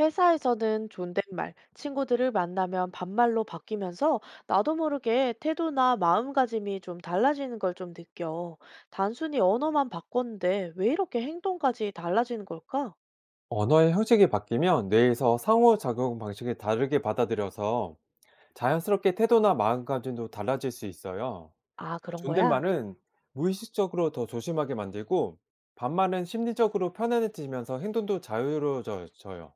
회사에서는 존댓말, 친구들을 만나면 반말로 바뀌면서 나도 모르게 태도나 마음가짐이 좀 달라지는 걸 좀 느껴. 단순히 언어만 바꿨는데 왜 이렇게 행동까지 달라지는 걸까? 언어의 형식이 바뀌면 뇌에서 상호작용 방식을 다르게 받아들여서 자연스럽게 태도나 마음가짐도 달라질 수 있어요. 아, 그런 거야? 존댓말은 무의식적으로 더 조심하게 만들고, 반말은 심리적으로 편안해지면서 행동도 자유로워져요.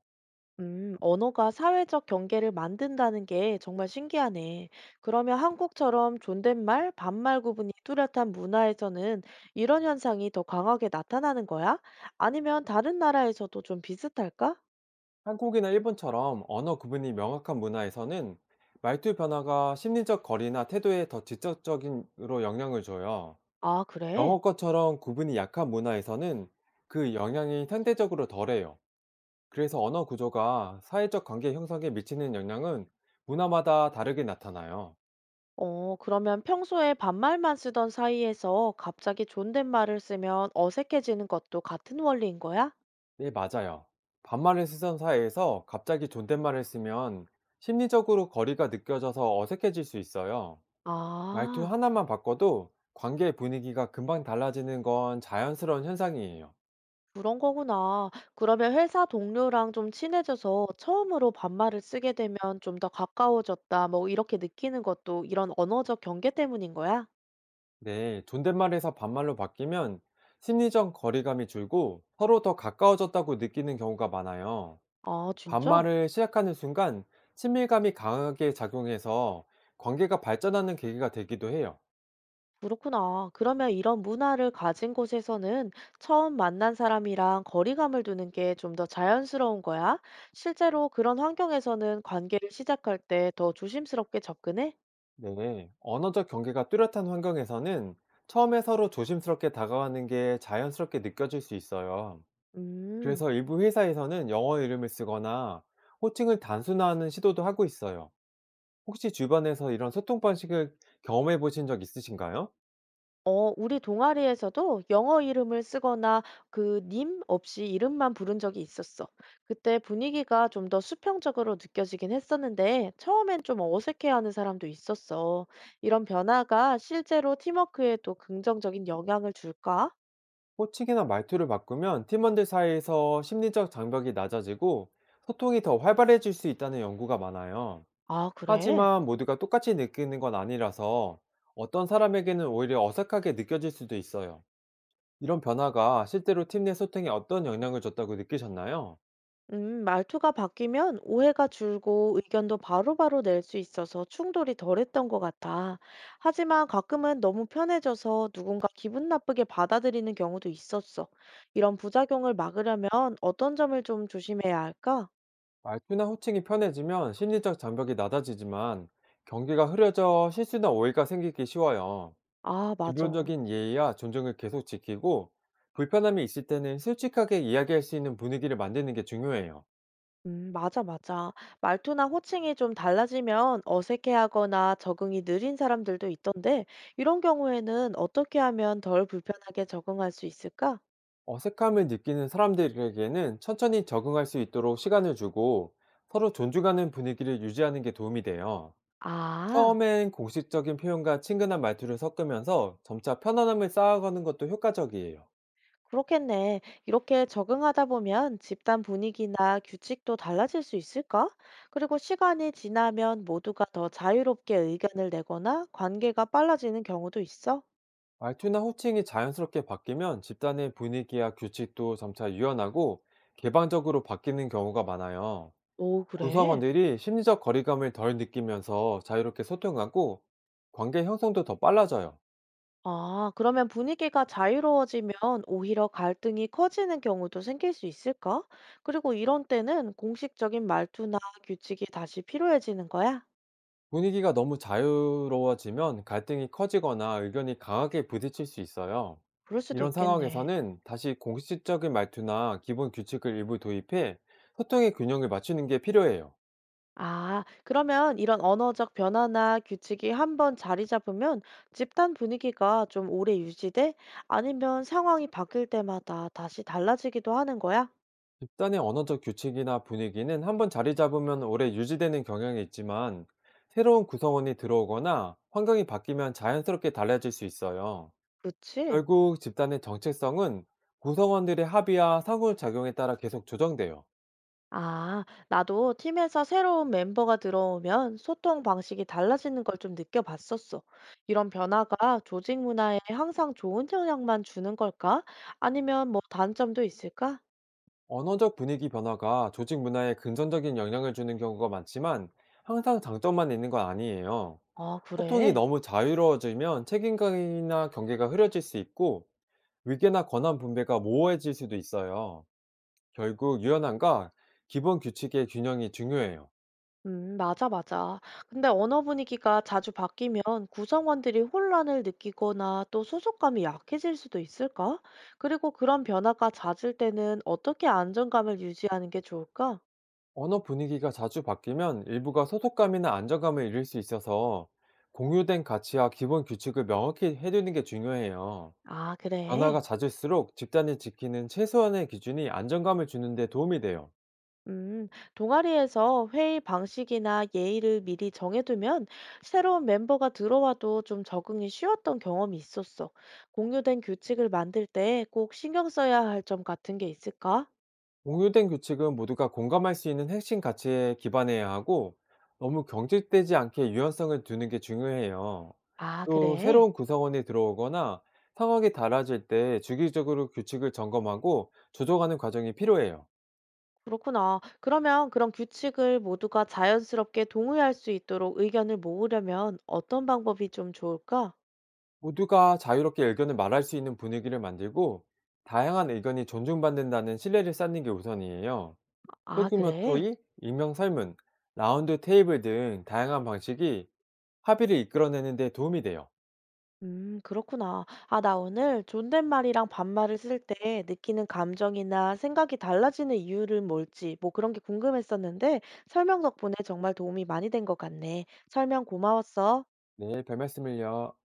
언어가 사회적 경계를 만든다는 게 정말 신기하네. 그러면 한국처럼 존댓말, 반말 구분이 뚜렷한 문화에서는 이런 현상이 더 강하게 나타나는 거야? 아니면 다른 나라에서도 좀 비슷할까? 한국이나 일본처럼 언어 구분이 명확한 문화에서는 말투 변화가 심리적 거리나 태도에 더 직접적으로 영향을 줘요. 아, 그래? 영어권처럼 구분이 약한 문화에서는 그 영향이 상대적으로 덜해요. 그래서 언어 구조가 사회적 관계 형성에 미치는 영향은 문화마다 다르게 나타나요. 어, 그러면 평소에 반말만 쓰던 사이에서 갑자기 존댓말을 쓰면 어색해지는 것도 같은 원리인 거야? 네, 맞아요. 반말을 쓰던 사회에서 갑자기 존댓말을 쓰면 심리적으로 거리가 느껴져서 어색해질 수 있어요. 말투 아, 하나만 바꿔도 관계 분위기가 금방 달라지는 건 자연스러운 현상이에요. 그런 거구나. 그러면 회사 동료랑 좀 친해져서 처음으로 반말을 쓰게 되면 좀 더 가까워졌다, 뭐 이렇게 느끼는 것도 이런 언어적 경계 때문인 거야? 네, 존댓말에서 반말로 바뀌면 심리적 거리감이 줄고 서로 더 가까워졌다고 느끼는 경우가 많아요. 아, 진짜? 반말을 시작하는 순간 친밀감이 강하게 작용해서 관계가 발전하는 계기가 되기도 해요. 그렇구나. 그러면 이런 문화를 가진 곳에서는 처음 만난 사람이랑 거리감을 두는 게 좀 더 자연스러운 거야? 실제로 그런 환경에서는 관계를 시작할 때 더 조심스럽게 접근해? 네. 언어적 경계가 뚜렷한 환경에서는 처음에 서로 조심스럽게 다가가는 게 자연스럽게 느껴질 수 있어요. 음. 그래서 일부 회사에서는 영어 이름을 쓰거나 호칭을 단순화하는 시도도 하고 있어요. 혹시 주변에서 이런 소통 방식을 경험해 보신 적 있으신가요? 어, 우리 동아리에서도 영어 이름을 쓰거나 그 님 없이 이름만 부른 적이 있었어. 그때 분위기가 좀 더 수평적으로 느껴지긴 했었는데 처음엔 좀 어색해하는 사람도 있었어. 이런 변화가 실제로 팀워크에도 긍정적인 영향을 줄까? 호칭이나 말투를 바꾸면 팀원들 사이에서 심리적 장벽이 낮아지고 소통이 더 활발해질 수 있다는 연구가 많아요. 아, 그래? 하지만 모두가 똑같이 느끼는 건 아니라서 어떤 사람에게는 오히려 어색하게 느껴질 수도 있어요. 이런 변화가 실제로 팀 내 소통에 어떤 영향을 줬다고 느끼셨나요? 말투가 바뀌면 오해가 줄고 의견도 바로바로 낼 수 있어서 충돌이 덜했던 것 같아. 하지만 가끔은 너무 편해져서 누군가 기분 나쁘게 받아들이는 경우도 있었어. 이런 부작용을 막으려면 어떤 점을 좀 조심해야 할까? 말투나 호칭이 편해지면 심리적 장벽이 낮아지지만, 경계가 흐려져 실수나 오해가 생기기 쉬워요. 아, 맞아. 기본적인 예의와 존중을 계속 지키고, 불편함이 있을 때는 솔직하게 이야기할 수 있는 분위기를 만드는 게 중요해요. 맞아, 맞아. 말투나 호칭이 좀 달라지면 어색해하거나 적응이 느린 사람들도 있던데, 이런 경우에는 어떻게 하면 덜 불편하게 적응할 수 있을까? 어색함을 느끼는 사람들에게는 천천히 적응할 수 있도록 시간을 주고, 서로 존중하는 분위기를 유지하는 게 도움이 돼요. 아. 처음엔 공식적인 표현과 친근한 말투를 섞으면서 점차 편안함을 쌓아가는 것도 효과적이에요. 그렇겠네. 이렇게 적응하다 보면 집단 분위기나 규칙도 달라질 수 있을까? 그리고 시간이 지나면 모두가 더 자유롭게 의견을 내거나 관계가 빨라지는 경우도 있어? 말투나 호칭이 자연스럽게 바뀌면 집단의 분위기와 규칙도 점차 유연하고 개방적으로 바뀌는 경우가 많아요. 오, 그래? 구성원들이 심리적 거리감을 덜 느끼면서 자유롭게 소통하고, 관계 형성도 더 빨라져요. 아, 그러면 분위기가 자유로워지면 오히려 갈등이 커지는 경우도 생길 수 있을까? 그리고 이런 때는 공식적인 말투나 규칙이 다시 필요해지는 거야? 분위기가 너무 자유로워지면 갈등이 커지거나 의견이 강하게 부딪힐 수 있어요. 그럴 수도 이런 있겠네. 상황에서는 다시 공식적인 말투나 기본 규칙을 일부 도입해 소통의 균형을 맞추는 게 필요해요. 아, 그러면 이런 언어적 변화나 규칙이 한번 자리 잡으면 집단 분위기가 좀 오래 유지돼? 아니면 상황이 바뀔 때마다 다시 달라지기도 하는 거야? 집단의 언어적 규칙이나 분위기는 한번 자리 잡으면 오래 유지되는 경향이 있지만, 새로운 구성원이 들어오거나 환경이 바뀌면 자연스럽게 달라질 수 있어요. 그치? 결국 집단의 정체성은 구성원들의 합의와 상호작용에 따라 계속 조정돼요. 아, 나도 팀에서 새로운 멤버가 들어오면 소통 방식이 달라지는 걸 좀 느껴봤었어. 이런 변화가 조직 문화에 항상 좋은 영향만 주는 걸까? 아니면 뭐 단점도 있을까? 언어적 분위기 변화가 조직 문화에 긍정적인 영향을 주는 경우가 많지만, 항상 장점만 있는 건 아니에요. 아, 소통이 그래. 너무 자유로워지면 책임감이나 경계가 흐려질 수 있고, 위계나 권한 분배가 모호해질 수도 있어요. 결국 유연함과 기본 규칙의 균형이 중요해요. 맞아, 맞아. 근데 언어 분위기가 자주 바뀌면 구성원들이 혼란을 느끼거나 또 소속감이 약해질 수도 있을까? 그리고 그런 변화가 잦을 때는 어떻게 안정감을 유지하는 게 좋을까? 언어 분위기가 자주 바뀌면 일부가 소속감이나 안정감을 잃을 수 있어서, 공유된 가치와 기본 규칙을 명확히 해두는 게 중요해요. 아, 그래. 변화가 잦을수록 집단이 지키는 최소한의 기준이 안정감을 주는 데 도움이 돼요. 음, 동아리에서 회의 방식이나 예의를 미리 정해두면 새로운 멤버가 들어와도 좀 적응이 쉬웠던 경험이 있었어. 공유된 규칙을 만들 때 꼭 신경 써야 할 점 같은 게 있을까? 공유된 규칙은 모두가 공감할 수 있는 핵심 가치에 기반해야 하고, 너무 경직되지 않게 유연성을 두는 게 중요해요. 아, 또 그래. 새로운 구성원이 들어오거나 상황이 달라질 때 주기적으로 규칙을 점검하고 조정하는 과정이 필요해요. 그렇구나. 그러면 그런 규칙을 모두가 자연스럽게 동의할 수 있도록 의견을 모으려면 어떤 방법이 좀 좋을까? 모두가 자유롭게 의견을 말할 수 있는 분위기를 만들고, 다양한 의견이 존중받는다는 신뢰를 쌓는 게 우선이에요. 아, 소규모 그래? 토의, 익명 설문, 라운드 테이블 등 다양한 방식이 합의를 이끌어내는 데 도움이 돼요. 그렇구나. 아, 나 오늘 존댓말이랑 반말을 쓸 때 느끼는 감정이나 생각이 달라지는 이유를 뭘지 뭐 그런 게 궁금했었는데 설명 덕분에 정말 도움이 많이 된 것 같네. 설명 고마웠어. 네, 별 말씀을요.